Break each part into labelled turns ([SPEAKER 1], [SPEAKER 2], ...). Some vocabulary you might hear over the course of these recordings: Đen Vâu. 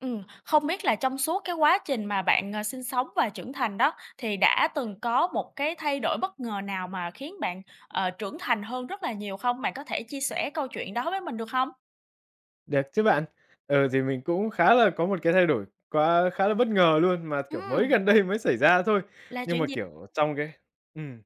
[SPEAKER 1] Không biết là trong suốt cái quá trình mà bạn, sinh sống và trưởng thành đó, thì đã từng có một cái thay đổi bất ngờ nào mà khiến bạn, trưởng thành hơn rất là nhiều không? Bạn có thể chia sẻ câu chuyện đó với mình được không?
[SPEAKER 2] Được chứ bạn. Ừ, thì mình cũng khá là có một cái thay đổi quá khá là bất ngờ luôn, mà, kiểu, mới
[SPEAKER 1] Ừm,
[SPEAKER 2] gần đây mới xảy ra thôi.
[SPEAKER 1] là
[SPEAKER 2] Nhưng mà,
[SPEAKER 1] chuyện gì?
[SPEAKER 2] kiểu, trong cái ừm,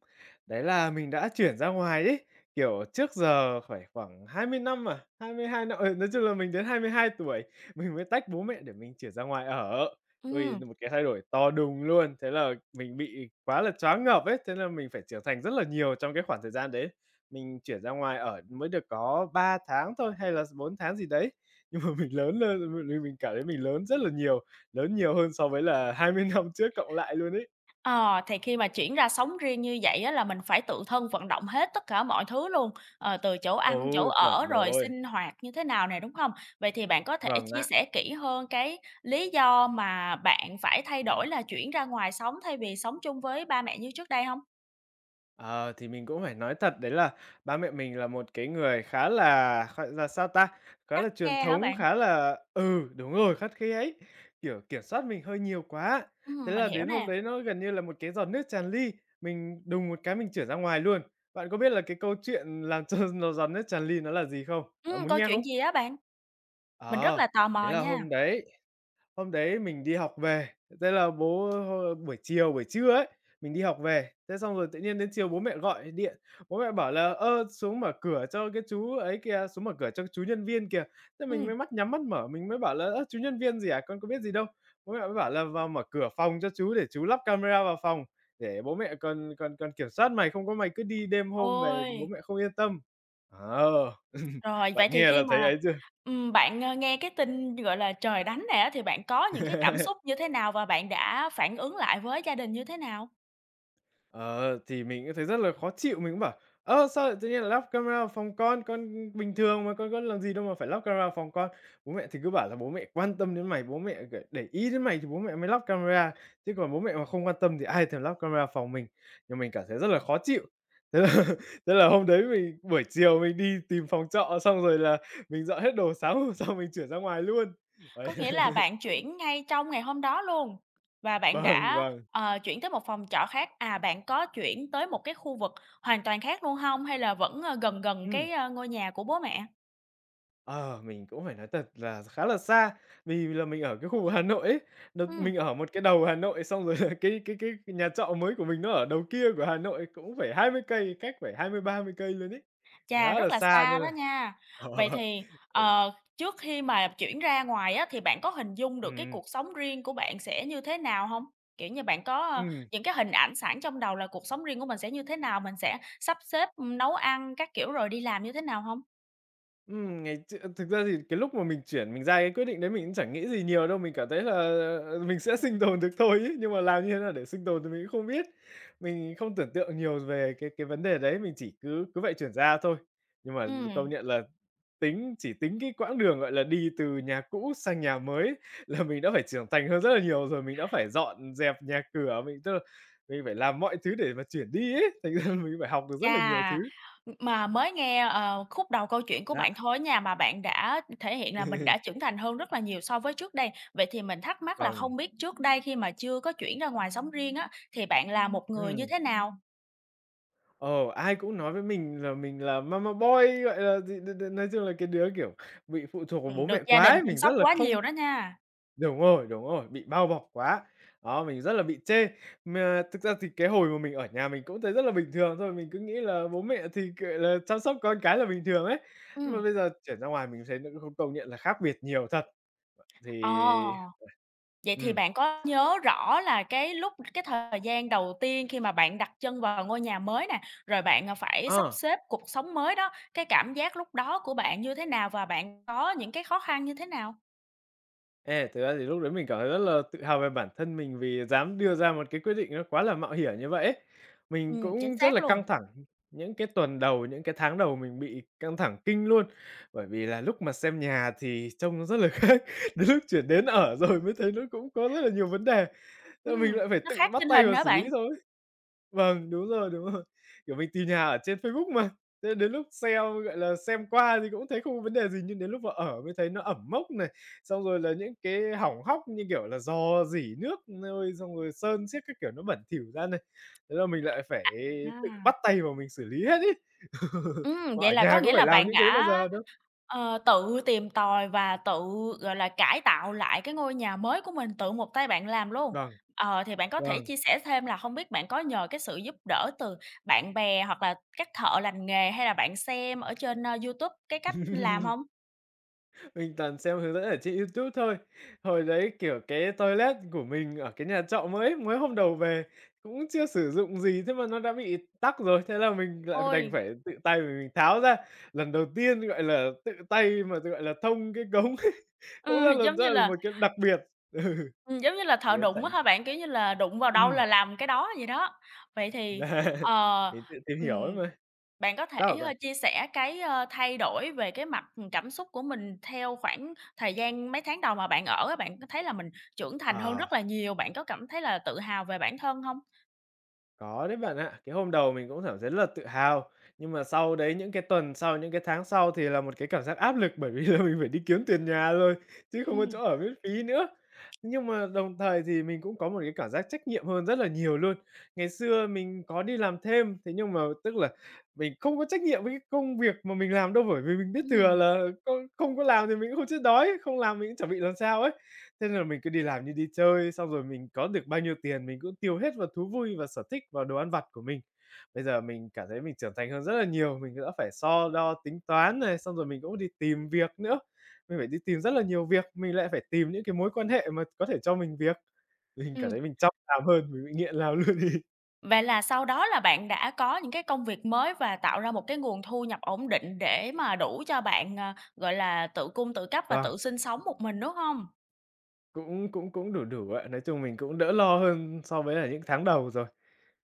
[SPEAKER 2] đấy là mình đã chuyển ra ngoài ấy, kiểu, trước giờ phải khoảng 20 năm à, 22 năm nói chung là mình đến 22 tuổi, mình mới tách bố mẹ để mình chuyển ra ngoài ở. Ôi,
[SPEAKER 1] Ừm.
[SPEAKER 2] một cái thay đổi to đùng luôn, thế là mình bị quá là choáng ngợp ấy, thế là mình phải trưởng thành rất là nhiều trong cái khoảng thời gian đấy. Mình chuyển ra ngoài ở mới được có 3 tháng thôi hay là 4 tháng gì đấy, nhưng mà mình lớn lên mình cảm thấy mình lớn rất là nhiều, lớn nhiều hơn so với là 20 năm trước cộng lại luôn ấy.
[SPEAKER 1] Ờ, thì khi mà chuyển ra sống riêng như vậy á là mình phải tự thân vận động hết tất cả mọi thứ luôn, từ chỗ ăn, chỗ
[SPEAKER 2] Ôi
[SPEAKER 1] ở
[SPEAKER 2] chuẩn
[SPEAKER 1] rồi
[SPEAKER 2] rồi.
[SPEAKER 1] sinh hoạt như thế nào này, đúng không? Vậy thì bạn có thể
[SPEAKER 2] Vâng
[SPEAKER 1] chia
[SPEAKER 2] ạ.
[SPEAKER 1] sẻ kỹ hơn cái lý do mà bạn phải thay đổi là chuyển ra ngoài sống thay vì sống chung với ba mẹ như trước đây không?
[SPEAKER 2] Ờ, thì mình cũng phải nói thật đấy là ba mẹ mình là một cái người khá là, gọi là, sao ta, khá
[SPEAKER 1] Khắt
[SPEAKER 2] là truyền
[SPEAKER 1] khe hả
[SPEAKER 2] thống,
[SPEAKER 1] bạn?
[SPEAKER 2] khá là đúng rồi, khắt khe ấy, kiểu, kiểm soát mình hơi nhiều quá. Thế
[SPEAKER 1] Mình
[SPEAKER 2] là
[SPEAKER 1] hiểu
[SPEAKER 2] đến hôm
[SPEAKER 1] nè.
[SPEAKER 2] đấy nó gần như là một cái giọt nước tràn ly, mình đùng một cái mình chửa ra ngoài luôn. Bạn có biết là cái câu chuyện làm cho nó giọt nước tràn ly nó là gì không? Bạn muốn
[SPEAKER 1] Câu
[SPEAKER 2] nghe
[SPEAKER 1] chuyện
[SPEAKER 2] không?
[SPEAKER 1] gì á bạn? Mình rất
[SPEAKER 2] Ờ,
[SPEAKER 1] là tò
[SPEAKER 2] Thế
[SPEAKER 1] mò
[SPEAKER 2] là
[SPEAKER 1] nha.
[SPEAKER 2] hôm đấy mình đi học về, thế là bố h buổi chiều, buổi trưa ấy, mình đi học về, thế xong rồi tự nhiên đến chiều bố mẹ gọi điện, bố mẹ bảo là "Ơ, xuống mở cửa cho cái chú ấy kìa, xuống mở cửa cho chú nhân viên kìa." Thế mình
[SPEAKER 1] Ừm,
[SPEAKER 2] mới mắt nhắm mắt mở, mình mới bảo là "Ơ, chú nhân viên gì à? Con có biết gì đâu." Bố mẹ mới bảo là "Vào mở cửa phòng cho chú để chú lắp camera vào phòng, để bố mẹ còn còn còn kiểm soát mày, không có mày cứ đi đêm hôm về bố
[SPEAKER 1] Ôi!
[SPEAKER 2] mẹ không yên tâm." Ờ,
[SPEAKER 1] Rồi,
[SPEAKER 2] bạn
[SPEAKER 1] vậy thì
[SPEAKER 2] nghe
[SPEAKER 1] khi
[SPEAKER 2] là thấy
[SPEAKER 1] mà,
[SPEAKER 2] ấy chưa?
[SPEAKER 1] bạn, nghe cái tin, gọi là, trời đánh này á, thì bạn có những cái cảm xúc như thế nào và bạn đã phản ứng lại với gia đình như thế nào?
[SPEAKER 2] Ờ, thì mình cũng thấy rất là khó chịu, mình cũng bảo: "Ơ, sao lại tự nhiên lại lắp camera vào phòng con? Con bình thường mà, con có làm gì đâu mà phải lắp camera vào phòng con." Bố mẹ thì cứ bảo là "Bố mẹ quan tâm đến mày, bố mẹ, kiểu, để ý đến mày thì bố mẹ mới lắp camera, chứ còn bố mẹ mà không quan tâm thì ai thèm lắp camera vào phòng mình." Nhưng mình cảm thấy rất là khó chịu. Thế là thế là hôm đấy mình buổi chiều mình đi tìm phòng trọ, xong rồi là mình dọn hết đồ, sáng hôm sau mình chuyển ra ngoài luôn. Đấy.
[SPEAKER 1] Có nghĩa là bạn
[SPEAKER 2] Đúng.
[SPEAKER 1] chuyển ngay trong ngày hôm đó luôn và bạn
[SPEAKER 2] Vâng,
[SPEAKER 1] đã,
[SPEAKER 2] vâng.
[SPEAKER 1] chuyển tới một phòng trọ khác, bạn có chuyển tới một cái khu vực hoàn toàn khác luôn hông hay là vẫn, gần gần
[SPEAKER 2] Ừm.
[SPEAKER 1] cái, ngôi nhà của bố mẹ?
[SPEAKER 2] Ờ, mình cũng phải nói thật là khá là xa, vì là mình ở cái khu Hà Nội ấy, đợt
[SPEAKER 1] Ừm.
[SPEAKER 2] mình ở một cái đầu Hà Nội, xong rồi là cái nhà trọ mới của mình nó ở đầu kia của Hà Nội, cũng phải 20 cây, cách phải 20-30 cây luôn ấy,
[SPEAKER 1] Chà,
[SPEAKER 2] khá là
[SPEAKER 1] rất là
[SPEAKER 2] xa
[SPEAKER 1] xa
[SPEAKER 2] nên là
[SPEAKER 1] đó nha.
[SPEAKER 2] ờ,
[SPEAKER 1] Vậy thì,
[SPEAKER 2] phải
[SPEAKER 1] trước khi mà chuyển ra ngoài á, thì bạn có hình dung được cái
[SPEAKER 2] ừm,
[SPEAKER 1] cuộc sống riêng của bạn sẽ như thế nào hông? Kiểu như, bạn có,
[SPEAKER 2] ừm.
[SPEAKER 1] những cái hình ảnh sẵn trong đầu là cuộc sống riêng của mình sẽ như thế nào, mình sẽ sắp xếp, nấu ăn các kiểu rồi đi làm như thế nào hông?
[SPEAKER 2] Ngày ch Thực ra thì cái lúc mà mình chuyển mình ra cái quyết định đấy mình cũng chẳng nghĩ gì nhiều đâu, mình cảm thấy là, mình sẽ sinh tồn được thôi ấy. Nhưng mà làm như thế nào để sinh tồn thì mình cũng không biết. Mình không tưởng tượng nhiều về cái vấn đề đấy, mình chỉ cứ cứ vậy chuyển ra thôi. Nhưng mà công
[SPEAKER 1] Ừm.
[SPEAKER 2] nhận là tính chỉ tính cái quãng đường, gọi là, đi từ nhà cũ sang nhà mới là mình đã phải trưởng thành hơn rất là nhiều rồi, mình đã phải dọn dẹp nhà cửa, mình tức là mình phải làm mọi thứ để mà chuyển đi ấy, thành ra mình phải học được rất là nhiều thứ.
[SPEAKER 1] Chà! Mà mới nghe, khúc đầu câu chuyện của
[SPEAKER 2] Đó.
[SPEAKER 1] bạn thôi á nha, mà bạn đã thể hiện là mình đã trưởng thành hơn rất là nhiều so với trước đây. Vậy thì mình thắc mắc là
[SPEAKER 2] Vâng,
[SPEAKER 1] không biết trước đây khi mà chưa có chuyển ra ngoài sống riêng á, thì bạn là một người như
[SPEAKER 2] ừm.
[SPEAKER 1] thế nào?
[SPEAKER 2] Ờ, Ai cũng nói với mình là mama boy, gọi là gì, đ đ nói chung là cái đứa, kiểu, bị phụ thuộc vào bố mẹ
[SPEAKER 1] Được gia
[SPEAKER 2] quá
[SPEAKER 1] đình
[SPEAKER 2] ấy,
[SPEAKER 1] chăm
[SPEAKER 2] mình rất
[SPEAKER 1] sóc
[SPEAKER 2] là
[SPEAKER 1] quá
[SPEAKER 2] không
[SPEAKER 1] nhiều đó nha.
[SPEAKER 2] đúng rồi, đúng rồi, bị bao bọc quá. Đó, mình rất là bị chê. Mà thực ra thì cái hồi mà mình ở nhà mình cũng thấy rất là bình thường thôi, mình cứ nghĩ là bố mẹ thì, gọi là, chăm sóc con cái là bình thường ấy. Nhưng
[SPEAKER 1] Ừ.
[SPEAKER 2] mà bây giờ chuyển ra ngoài mình thấy nó công công nhận là khác biệt nhiều thật. Thì
[SPEAKER 1] Ờ. Vậy thì
[SPEAKER 2] ừm,
[SPEAKER 1] bạn có nhớ rõ là cái lúc cái thời gian đầu tiên khi mà bạn đặt chân vào ngôi nhà mới nè, rồi bạn, phải sắp
[SPEAKER 2] ờ.
[SPEAKER 1] xếp cuộc sống mới đó, cái cảm giác lúc đó của bạn như thế nào và bạn có những cái khó khăn như thế nào?
[SPEAKER 2] Ê, thực ra thì lúc đấy mình cảm thấy rất là tự hào về bản thân mình vì dám đưa ra một cái quyết định nó quá là mạo hiểm như vậy ấy. Mình
[SPEAKER 1] Chính
[SPEAKER 2] cũng rất
[SPEAKER 1] xác
[SPEAKER 2] là
[SPEAKER 1] luôn.
[SPEAKER 2] căng thẳng, những cái tuần đầu, những cái tháng đầu mình bị căng thẳng kinh luôn. Bởi vì là lúc mà xem nhà thì trông nó rất là khác, đến lúc chuyển đến ở rồi mới thấy nó cũng có rất là nhiều vấn đề, nên mình lại phải
[SPEAKER 1] Nó
[SPEAKER 2] tự
[SPEAKER 1] khác
[SPEAKER 2] bắt
[SPEAKER 1] trên
[SPEAKER 2] tay
[SPEAKER 1] hình
[SPEAKER 2] vào
[SPEAKER 1] hả
[SPEAKER 2] xử
[SPEAKER 1] bạn?
[SPEAKER 2] lý thôi. Vâng, đúng rồi, đúng rồi. Kiểu, mình tìm nhà ở trên Facebook mà, thế đến lúc xem, gọi là, xem qua thì cũng thấy không có vấn đề gì, nhưng đến lúc vào ở mới thấy nó ẩm mốc này, xong rồi là những cái hỏng hóc như kiểu là rò rỉ nước nơi xong rồi sơn xiếc các kiểu nó bẩn thỉu ra này. Thế là mình lại phải
[SPEAKER 1] À.
[SPEAKER 2] tự
[SPEAKER 1] À.
[SPEAKER 2] bắt tay vào mình xử lý hết ấy. Mà
[SPEAKER 1] Vậy
[SPEAKER 2] ở
[SPEAKER 1] là có
[SPEAKER 2] nhà có
[SPEAKER 1] nghĩa
[SPEAKER 2] phải
[SPEAKER 1] là
[SPEAKER 2] làm
[SPEAKER 1] bạn
[SPEAKER 2] những cái đấy bao
[SPEAKER 1] đã,
[SPEAKER 2] giờ đâu.
[SPEAKER 1] tự tìm tòi và tự, gọi là, cải tạo lại cái ngôi nhà mới của mình, tự một tay bạn làm luôn.
[SPEAKER 2] Vâng,
[SPEAKER 1] Thì bạn có thể
[SPEAKER 2] vâng.
[SPEAKER 1] chia sẻ thêm là không biết bạn có nhờ cái sự giúp đỡ từ bạn bè hoặc là các thợ lành nghề hay là bạn xem ở trên, YouTube cái cách làm hông?
[SPEAKER 2] Mình toàn xem hướng dẫn ở trên YouTube thôi. Hồi đấy, kiểu, cái toilet của mình ở cái nhà trọ mới mới hôm đầu về cũng chưa sử dụng gì, thế mà nó đã bị tắc rồi, thế là mình lại đành
[SPEAKER 1] Ôi,
[SPEAKER 2] phải tự tay mà mình tháo ra. Lần đầu tiên, gọi là, tự tay mà, gọi là, thông cái cống ấy,
[SPEAKER 1] ừ,
[SPEAKER 2] cũng
[SPEAKER 1] giống như
[SPEAKER 2] rất là
[SPEAKER 1] là
[SPEAKER 2] một cái đặc biệt.
[SPEAKER 1] giống như là
[SPEAKER 2] Ừ,
[SPEAKER 1] thợ
[SPEAKER 2] cái
[SPEAKER 1] đụng
[SPEAKER 2] trải
[SPEAKER 1] á
[SPEAKER 2] nghiệm
[SPEAKER 1] hả bạn? Kiểu như là, đụng vào đâu
[SPEAKER 2] ừm,
[SPEAKER 1] là làm cái đó. Vậy thì,
[SPEAKER 2] là
[SPEAKER 1] ờ,
[SPEAKER 2] mình tự tìm
[SPEAKER 1] ừm
[SPEAKER 2] hiểu ấy mà.
[SPEAKER 1] Bạn có thể,
[SPEAKER 2] Sao hả bạn?
[SPEAKER 1] chia sẻ cái, thay đổi về cái mặt, cảm xúc của mình theo khoảng thời gian mấy tháng đầu mà bạn ở á, bạn có thấy là mình trưởng thành hơn
[SPEAKER 2] Ờ.
[SPEAKER 1] rất là nhiều, bạn có cảm thấy là tự hào về bản thân không?
[SPEAKER 2] Có đấy bạn ạ. Cái hôm đầu mình cũng cảm thấy rất là tự hào, nhưng mà sau đấy những cái tuần sau, những cái tháng sau thì là một cái cảm giác áp lực bởi vì là mình phải đi kiếm tiền nhà rồi, chứ không có
[SPEAKER 1] Ừm.
[SPEAKER 2] chỗ ở miễn phí nữa. Nhưng mà đồng thời thì mình cũng có một cái cảm giác trách nhiệm hơn rất là nhiều luôn. Ngày xưa mình có đi làm thêm, thế nhưng mà tức là mình không có trách nhiệm với cái công việc mà mình làm đâu, bởi vì mình biết thừa
[SPEAKER 1] Ừm.
[SPEAKER 2] là không không có làm thì mình cũng không chết đói, không làm mình cũng chẳng bị làm sao ấy. Thế nên là mình cứ đi làm như đi chơi, xong rồi mình có được bao nhiêu tiền mình cũng tiêu hết vào thú vui và sở thích, vào đồ ăn vặt của mình. Bây giờ mình cảm thấy mình trưởng thành hơn rất là nhiều, mình đã phải so đo tính toán này, xong rồi mình cũng đi tìm việc nữa. Mình phải đi tìm rất là nhiều việc, mình lại phải tìm những cái mối quan hệ mà có thể cho mình việc. Mình cảm
[SPEAKER 1] Ừm.
[SPEAKER 2] thấy mình chăm làm hơn, mình bị nghiện làm luôn đi.
[SPEAKER 1] Vậy là sau đó là bạn đã có những cái công việc mới và tạo ra một cái nguồn thu nhập ổn định để mà đủ cho bạn, gọi là, tự cung tự cấp và
[SPEAKER 2] Vâng,
[SPEAKER 1] tự sinh sống một mình, đúng không?
[SPEAKER 2] cũng cũng cũng đủ đủ ạ. Nói chung mình cũng đỡ lo hơn so với là những tháng đầu rồi,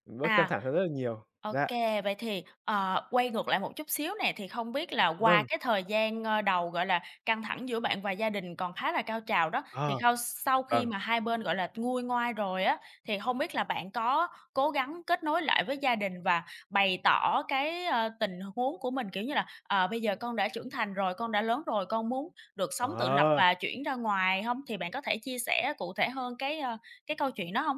[SPEAKER 2] bớt căng
[SPEAKER 1] À,
[SPEAKER 2] thẳng hơn rất là nhiều.
[SPEAKER 1] OK,
[SPEAKER 2] Dạ,
[SPEAKER 1] vậy thì, quay ngược lại một chút xíu nè, thì không biết là qua
[SPEAKER 2] vâng,
[SPEAKER 1] cái thời gian, đầu, gọi là, căng thẳng giữa bạn và gia đình còn khá là cao trào đó,
[SPEAKER 2] ờ,
[SPEAKER 1] thì khau sau khi
[SPEAKER 2] vâng,
[SPEAKER 1] mà hai bên, gọi là, nguôi ngoai rồi á, thì không biết là bạn có cố gắng kết nối lại với gia đình và bày tỏ cái, tình huống của mình, kiểu như là, "Bây giờ con đã trưởng thành rồi, con đã lớn rồi, con muốn được sống tự lập
[SPEAKER 2] ờ.
[SPEAKER 1] và chuyển ra ngoài" không? Thì bạn có thể chia sẻ cụ thể hơn cái câu chuyện đó không?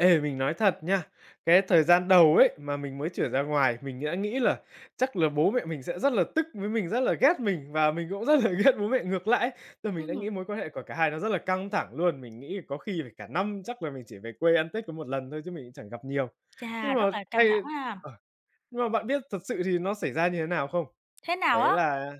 [SPEAKER 2] Ê, mình nói thật nha, cái thời gian đầu ấy, mà mình mới chuyển ra ngoài, mình đã nghĩ là chắc là bố mẹ mình sẽ rất là tức với mình, rất là ghét mình và mình cũng rất là ghét bố mẹ ngược lại ấy. Tức là mình đã nghĩ
[SPEAKER 1] Ừm,
[SPEAKER 2] mối quan hệ của cả hai nó rất là căng thẳng luôn, mình nghĩ có khi phải cả năm chắc là mình chỉ về quê ăn Tết có một lần thôi chứ mình cũng chẳng gặp nhiều. Nhưng
[SPEAKER 1] Chà,
[SPEAKER 2] mà
[SPEAKER 1] rất là căng thẳng
[SPEAKER 2] thay
[SPEAKER 1] ha.
[SPEAKER 2] ờ, nhưng mà bạn biết thật sự thì nó xảy ra như thế nào không?
[SPEAKER 1] Thế nào
[SPEAKER 2] Đấy
[SPEAKER 1] á?
[SPEAKER 2] là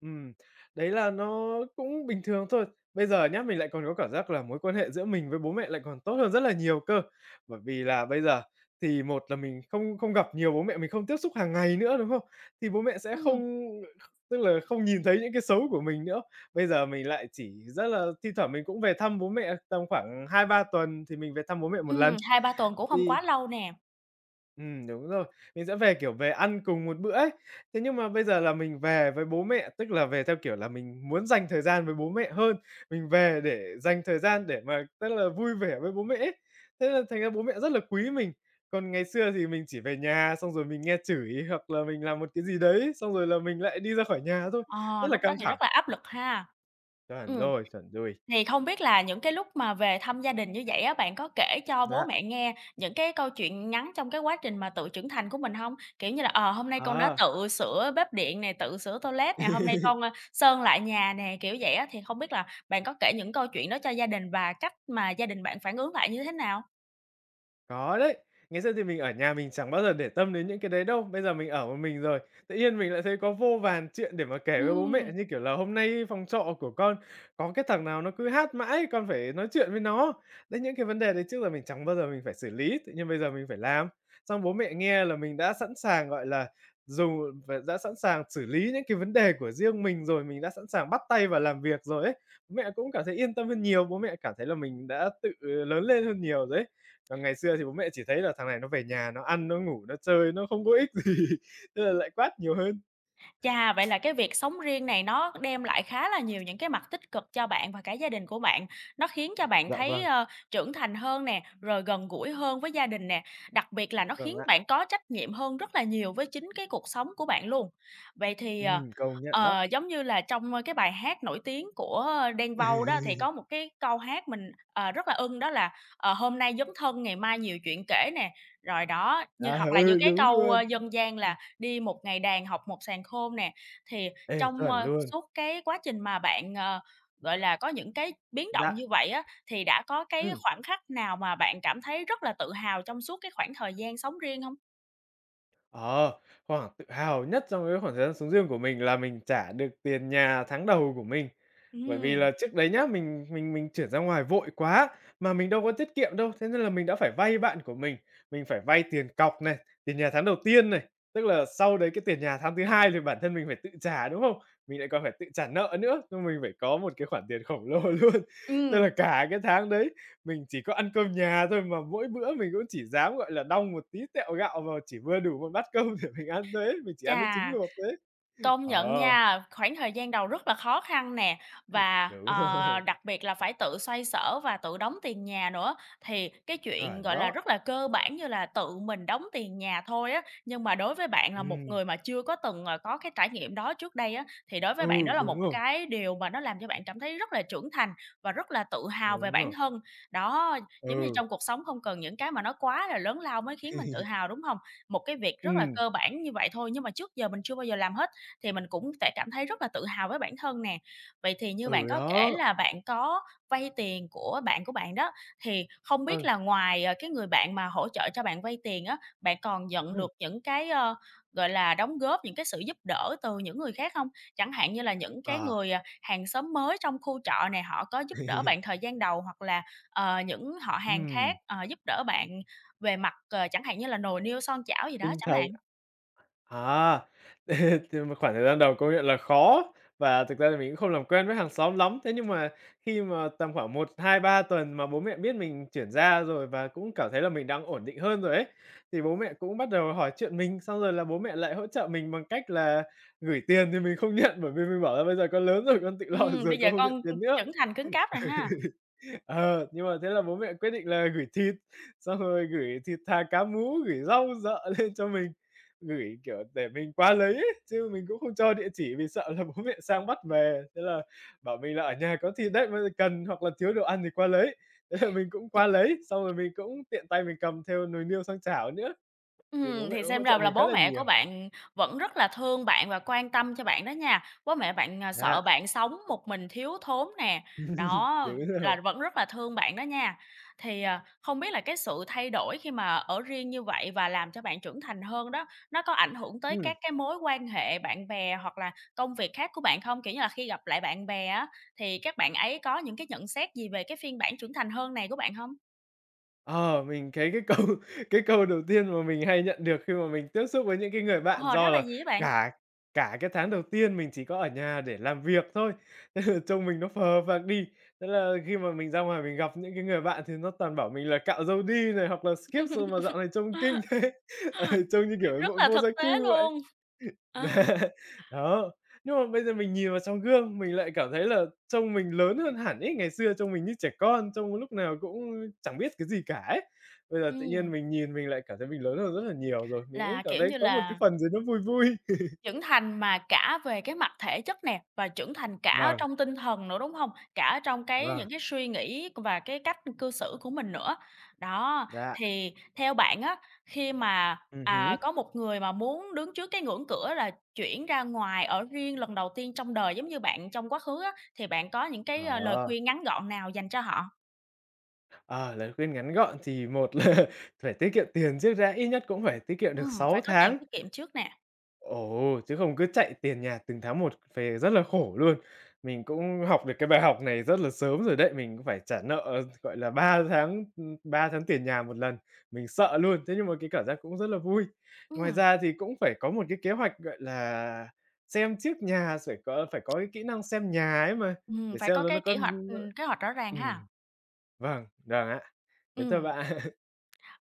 [SPEAKER 2] ừm, đấy là nó cũng bình thường thôi. Bây giờ nhá, mình lại còn có cảm giác là mối quan hệ giữa mình với bố mẹ lại còn tốt hơn rất là nhiều cơ. Bởi vì là bây giờ thì một là mình không không gặp nhiều bố mẹ, mình không tiếp xúc hàng ngày nữa, đúng không? Thì bố mẹ sẽ
[SPEAKER 1] Ừm,
[SPEAKER 2] không tức là không nhìn thấy những cái xấu của mình nữa. Bây giờ mình lại chỉ rất là thi thoảng mình cũng về thăm bố mẹ tầm khoảng 2-3 tuần thì mình về thăm bố mẹ một lần.
[SPEAKER 1] 2-3 tuần cũng không
[SPEAKER 2] Thì
[SPEAKER 1] quá lâu nè.
[SPEAKER 2] ừm, đúng rồi. Mình sẽ về, kiểu, về ăn cùng một bữa ấy. Thế nhưng mà bây giờ là mình về với bố mẹ, tức là về theo kiểu là mình muốn dành thời gian với bố mẹ hơn, mình về để dành thời gian để mà, tức là, vui vẻ với bố mẹ ấy. Thế là thành ra bố mẹ rất là quý mình. Còn ngày xưa thì mình chỉ về nhà xong rồi mình nghe chửi hoặc là mình làm một cái gì đấy, xong rồi là mình lại đi ra khỏi nhà thôi,
[SPEAKER 1] Ờ,
[SPEAKER 2] rất là
[SPEAKER 1] Lúc đó
[SPEAKER 2] căng
[SPEAKER 1] thì
[SPEAKER 2] thẳng.
[SPEAKER 1] rất là áp lực ha.
[SPEAKER 2] Chuẩn
[SPEAKER 1] Ừm.
[SPEAKER 2] rồi, chuẩn rồi.
[SPEAKER 1] Thì không biết là những cái lúc mà về thăm gia đình như vậy á, bạn có kể cho bố
[SPEAKER 2] Dạ.
[SPEAKER 1] mẹ nghe những cái câu chuyện ngắn trong cái quá trình mà tự trưởng thành của mình hông? Kiểu như là, hôm nay con đã
[SPEAKER 2] à
[SPEAKER 1] tự sửa bếp điện nè, tự sửa toilet nè, hôm nay con, sơn lại nhà nè, kiểu vậy á, thì không biết là bạn có kể những câu chuyện đó cho gia đình và cách mà gia đình bạn phản ứng lại như thế nào?
[SPEAKER 2] Có đấy. Ngày xưa thì mình ở nhà mình chẳng bao giờ để tâm đến những cái đấy đâu. Bây giờ mình ở một mình rồi, tự nhiên mình lại thấy có vô vàn chuyện để mà kể với bố
[SPEAKER 1] Ừm.
[SPEAKER 2] mẹ, như kiểu là hôm nay phòng trọ của con có cái thằng nào nó cứ hát mãi, con phải nói chuyện với nó. Đấy, những cái vấn đề đấy trước giờ mình chẳng bao giờ mình phải xử lý, tự nhiên bây giờ mình phải làm. Xong bố mẹ nghe là mình đã sẵn sàng, gọi là, dùng và đã sẵn sàng xử lý những cái vấn đề của riêng mình rồi, mình đã sẵn sàng bắt tay vào làm việc rồi ấy. Bố mẹ cũng cảm thấy yên tâm hơn nhiều, bố mẹ cảm thấy là mình đã tự lớn lên hơn nhiều rồi ấy. Còn ngày xưa thì bố mẹ chỉ thấy là thằng này nó về nhà nó ăn, nó ngủ, nó chơi, nó không có ích gì, thế là lại quát nhiều hơn.
[SPEAKER 1] Chà, vậy là cái việc sống riêng này nó đem lại khá là nhiều những cái mặt tích cực cho bạn và cả gia đình của bạn. Nó khiến cho bạn
[SPEAKER 2] Dạ
[SPEAKER 1] thấy,
[SPEAKER 2] vâng.
[SPEAKER 1] trưởng thành hơn nè, rồi gần gũi hơn với gia đình nè, đặc biệt là nó
[SPEAKER 2] Vâng
[SPEAKER 1] khiến
[SPEAKER 2] ạ,
[SPEAKER 1] bạn có trách nhiệm hơn rất là nhiều với chính cái cuộc sống của bạn luôn. Vậy thì,
[SPEAKER 2] công nhận đó.
[SPEAKER 1] giống như là trong, cái bài hát nổi tiếng của Đen Vâu đó thì có một cái câu hát mình, rất là ưng đó là, "Hôm nay dấn thân, ngày mai nhiều chuyện kể" nè, rồi đó, như hoặc
[SPEAKER 2] À,
[SPEAKER 1] là như
[SPEAKER 2] ừ,
[SPEAKER 1] cái
[SPEAKER 2] đúng
[SPEAKER 1] câu,
[SPEAKER 2] luôn.
[SPEAKER 1] dân gian là "Đi một ngày đàn học một sàn khôn" nè, thì
[SPEAKER 2] Ê,
[SPEAKER 1] trong,
[SPEAKER 2] chuẩn luôn.
[SPEAKER 1] suốt cái quá trình mà bạn, gọi là, có những cái biến động
[SPEAKER 2] Dạ,
[SPEAKER 1] như vậy á, thì đã có cái
[SPEAKER 2] ừm.
[SPEAKER 1] khoảnh khắc nào mà bạn cảm thấy rất là tự hào trong suốt cái khoảng thời gian sống riêng không?
[SPEAKER 2] Ờ, khoảng tự hào nhất trong cái khoảng thời gian sống riêng của mình là mình trả được tiền nhà tháng đầu của mình. Bởi vì
[SPEAKER 1] Ừ,
[SPEAKER 2] là trước đấy nhá, mình chuyển ra ngoài vội quá, mà mình đâu có tiết kiệm đâu, thế nên là mình đã phải vay bạn của mình. Mình phải vay tiền cọc này, tiền nhà tháng đầu tiên này, tức là sau đấy cái tiền nhà tháng thứ hai thì bản thân mình phải tự trả, đúng không? Mình lại còn phải tự trả nợ nữa, nên mình phải có một cái khoản tiền khổng lồ luôn.
[SPEAKER 1] ừ.
[SPEAKER 2] Tức là cả cái tháng đấy mình chỉ có ăn cơm nhà thôi mà mỗi bữa mình cũng chỉ dám, gọi là, đong một tí tẹo gạo vào chỉ vừa đủ một bát cơm để mình ăn thôi ấy, mình chỉ ăn với trứng
[SPEAKER 1] Chà!
[SPEAKER 2] luộc thôi ấy.
[SPEAKER 1] Công nhận
[SPEAKER 2] Ờ,
[SPEAKER 1] nha, khoảng thời gian đầu rất là khó khăn nè, và,
[SPEAKER 2] đúng rồi,
[SPEAKER 1] đặc biệt là phải tự xoay sở và tự đóng tiền nhà nữa. Thì cái chuyện,
[SPEAKER 2] chuẩn
[SPEAKER 1] gọi là,
[SPEAKER 2] đó.
[SPEAKER 1] rất là cơ bản như là tự mình đóng tiền nhà thôi á, nhưng mà đối với bạn là một
[SPEAKER 2] Ừm,
[SPEAKER 1] người mà chưa có từng, có cái trải nghiệm đó trước đây á, thì đối với bạn đó
[SPEAKER 2] ừ,
[SPEAKER 1] là một
[SPEAKER 2] đúng rồi,
[SPEAKER 1] cái điều mà nó làm cho bạn cảm thấy rất là trưởng thành và rất là tự hào về
[SPEAKER 2] đúng
[SPEAKER 1] bản
[SPEAKER 2] rồi,
[SPEAKER 1] thân. Đó, giống như
[SPEAKER 2] ừ.
[SPEAKER 1] trong cuộc sống không cần những cái mà nó quá là lớn lao mới khiến mình tự hào, đúng không? Một cái việc rất là
[SPEAKER 2] Ừm,
[SPEAKER 1] cơ bản như vậy thôi nhưng mà trước giờ mình chưa bao giờ làm hết. Thì mình cũng sẽ cảm thấy rất là tự hào với bản thân nè. Vậy thì như bạn
[SPEAKER 2] ừ,
[SPEAKER 1] có kể
[SPEAKER 2] đó,
[SPEAKER 1] là bạn có vay tiền của bạn đó, thì không biết
[SPEAKER 2] vâng,
[SPEAKER 1] là ngoài, cái người bạn mà hỗ trợ cho bạn vay tiền á, bạn còn nhận
[SPEAKER 2] ừm,
[SPEAKER 1] được những cái, gọi là, đóng góp, những cái sự giúp đỡ từ những người khác không? Chẳng hạn như là những cái
[SPEAKER 2] à,
[SPEAKER 1] người, hàng xóm mới trong khu trọ này họ có giúp đỡ bạn thời gian đầu hoặc là, những họ hàng
[SPEAKER 2] ừm,
[SPEAKER 1] khác, giúp đỡ bạn về mặt, chẳng hạn như là nồi niêu son chảo gì đó
[SPEAKER 2] tinh
[SPEAKER 1] chẳng
[SPEAKER 2] thần.
[SPEAKER 1] hạn.
[SPEAKER 2] À, thì mà khoảng thời gian đầu công nhận là khó và thực ra thì mình cũng không làm quen với hàng xóm lắm. Thế nhưng mà khi mà tầm khoảng một 2 3 tuần mà bố mẹ biết mình chuyển ra rồi và cũng cảm thấy là mình đang ổn định hơn rồi ấy, thì bố mẹ cũng bắt đầu hỏi chuyện mình, xong rồi là bố mẹ lại hỗ trợ mình bằng cách là gửi tiền thì mình không nhận, bởi vì mình bảo là "Bây giờ con lớn rồi, con tự lo được rồi,
[SPEAKER 1] Bây
[SPEAKER 2] con
[SPEAKER 1] giờ
[SPEAKER 2] không nhận
[SPEAKER 1] con,
[SPEAKER 2] tiền nữa."
[SPEAKER 1] trưởng thành cứng cáp rồi ha.
[SPEAKER 2] Ờ, nhưng mà thế là bố mẹ quyết định là gửi thịt, xong rồi gửi thịt thà cá mú, gửi rau dợ lên cho mình, gửi, kiểu, để mình qua lấy ấy, chứ mình cũng không cho địa chỉ vì sợ là bố mẹ sang bắt về. Thế là bảo mình là "Ở nhà có thịt đấy, bao giờ cần hoặc là thiếu đồ ăn thì qua lấy." Thế là mình cũng qua lấy, xong rồi mình cũng tiện tay mình cầm theo nồi niêu sang chảo nữa, thì bố mẹ
[SPEAKER 1] Thì
[SPEAKER 2] cũng
[SPEAKER 1] xem
[SPEAKER 2] hỗ
[SPEAKER 1] ra
[SPEAKER 2] trợ
[SPEAKER 1] là
[SPEAKER 2] mình khá
[SPEAKER 1] bố
[SPEAKER 2] là
[SPEAKER 1] mẹ
[SPEAKER 2] nhiều.
[SPEAKER 1] của bạn vẫn rất là thương bạn và quan tâm cho bạn đó nha. Bố mẹ bạn,
[SPEAKER 2] Dạ.
[SPEAKER 1] sợ bạn sống một mình thiếu thốn nè, đó,
[SPEAKER 2] Đúng
[SPEAKER 1] là
[SPEAKER 2] rồi.
[SPEAKER 1] vẫn rất là thương bạn đó nha. Thì, không biết là cái sự thay đổi khi mà ở riêng như vậy và làm cho bạn trưởng thành hơn đó, nó có ảnh hưởng tới
[SPEAKER 2] Ừm.
[SPEAKER 1] các cái mối quan hệ bạn bè hoặc là công việc khác của bạn không? Kiểu như là khi gặp lại bạn bè á, thì các bạn ấy có những cái nhận xét gì về cái phiên bản trưởng thành hơn này của bạn không?
[SPEAKER 2] Ờ, mình thấy cái câu cái câu đầu tiên mà mình hay nhận được khi mà mình tiếp xúc với những cái người bạn
[SPEAKER 1] Ờ, Đó
[SPEAKER 2] do
[SPEAKER 1] là
[SPEAKER 2] là
[SPEAKER 1] gì á bạn?
[SPEAKER 2] cả cả cái tháng đầu tiên mình chỉ có ở nhà để làm việc thôi, nên là trông mình nó phờ phạc đi. Thế là khi mà mình ra ngoài mình gặp những cái người bạn thì nó toàn bảo mình là cạo râu đi này, hoặc là skip rồi mà dạo này trông kinh thế, ờ, trông như kiểu
[SPEAKER 1] Rất
[SPEAKER 2] bộ
[SPEAKER 1] là
[SPEAKER 2] vô
[SPEAKER 1] thực
[SPEAKER 2] gia
[SPEAKER 1] tế
[SPEAKER 2] cư vậy.
[SPEAKER 1] luôn. À,
[SPEAKER 2] Đó, nhưng mà bây giờ mình nhìn vào trong gương, mình lại cảm thấy là trông mình lớn hơn hẳn ấy, ngày xưa trông mình như trẻ con, trông lúc nào cũng chẳng biết cái gì cả ấy. Bây giờ tự nhiên
[SPEAKER 1] ừm,
[SPEAKER 2] mình nhìn mình lại cảm thấy mình lớn hơn rất là nhiều rồi, mình cũng
[SPEAKER 1] là,
[SPEAKER 2] cảm
[SPEAKER 1] kiểu
[SPEAKER 2] thấy
[SPEAKER 1] như
[SPEAKER 2] có một cái
[SPEAKER 1] là,
[SPEAKER 2] phần gì nó vui vui.
[SPEAKER 1] trưởng thành mà cả về cái mặt thể chất nè, và trưởng thành cả ở
[SPEAKER 2] Vâng,
[SPEAKER 1] trong tinh thần nữa, đúng hông? Cả ở trong cái
[SPEAKER 2] vâng,
[SPEAKER 1] những cái suy nghĩ và cái cách cư xử của mình nữa. Đó,
[SPEAKER 2] dạ,
[SPEAKER 1] thì theo bạn á, khi mà,
[SPEAKER 2] hứm,
[SPEAKER 1] có một người mà muốn đứng trước cái ngưỡng cửa là chuyển ra ngoài ở riêng lần đầu tiên trong đời giống như bạn trong quá khứ á, thì bạn có những cái, lời
[SPEAKER 2] đó.
[SPEAKER 1] khuyên ngắn gọn nào dành cho họ?
[SPEAKER 2] À, lời khuyên ngắn gọn thì một là phải tiết kiệm tiền trước đã, ít nhất cũng phải tiết kiệm được 6
[SPEAKER 1] Phải có tiền
[SPEAKER 2] tháng.
[SPEAKER 1] tiết kiệm trước nè.
[SPEAKER 2] Ồ, chứ không cứ chạy tiền nhà từng tháng một về rất là khổ luôn. Mình cũng học được cái bài học này rất là sớm rồi đấy, mình cũng phải trả nợ, gọi là, 3 tháng, 3 tháng tiền nhà một lần, mình sợ luôn, thế nhưng mà cái cảm giác cũng rất là vui. Ngoài
[SPEAKER 1] Ừm.
[SPEAKER 2] ra thì cũng phải có một cái kế hoạch, gọi là, xem trước nhà, phải có cái kỹ năng xem nhà ấy mà, để
[SPEAKER 1] Phải
[SPEAKER 2] xem
[SPEAKER 1] có
[SPEAKER 2] là nó
[SPEAKER 1] cái
[SPEAKER 2] có
[SPEAKER 1] kế hoạch rõ ràng ha.
[SPEAKER 2] vâng, vâng ạ. Thế thôi
[SPEAKER 1] Ừm,
[SPEAKER 2] bạn.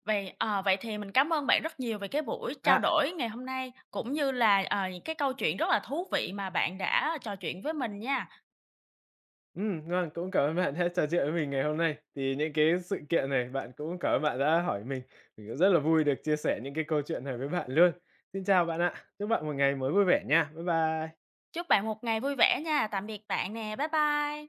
[SPEAKER 1] Vậy thì mình cảm ơn bạn rất nhiều về cái buổi trao đổi ngày hôm nay, cũng như là, những cái câu chuyện rất là thú vị mà bạn đã trò chuyện với mình nha.
[SPEAKER 2] Vâng, cũng cảm ơn bạn đã trò chuyện với mình ngày hôm nay. Thì những cái sự kiện này bạn cũng cảm ơn bạn đã hỏi mình. Mình cũng rất là vui được chia sẻ những cái câu chuyện này với bạn luôn. Xin chào bạn ạ. Chúc bạn một ngày mới vui vẻ nha. Bye bye.
[SPEAKER 1] Chúc bạn một ngày vui vẻ nha. Tạm biệt bạn nè. Bye bye.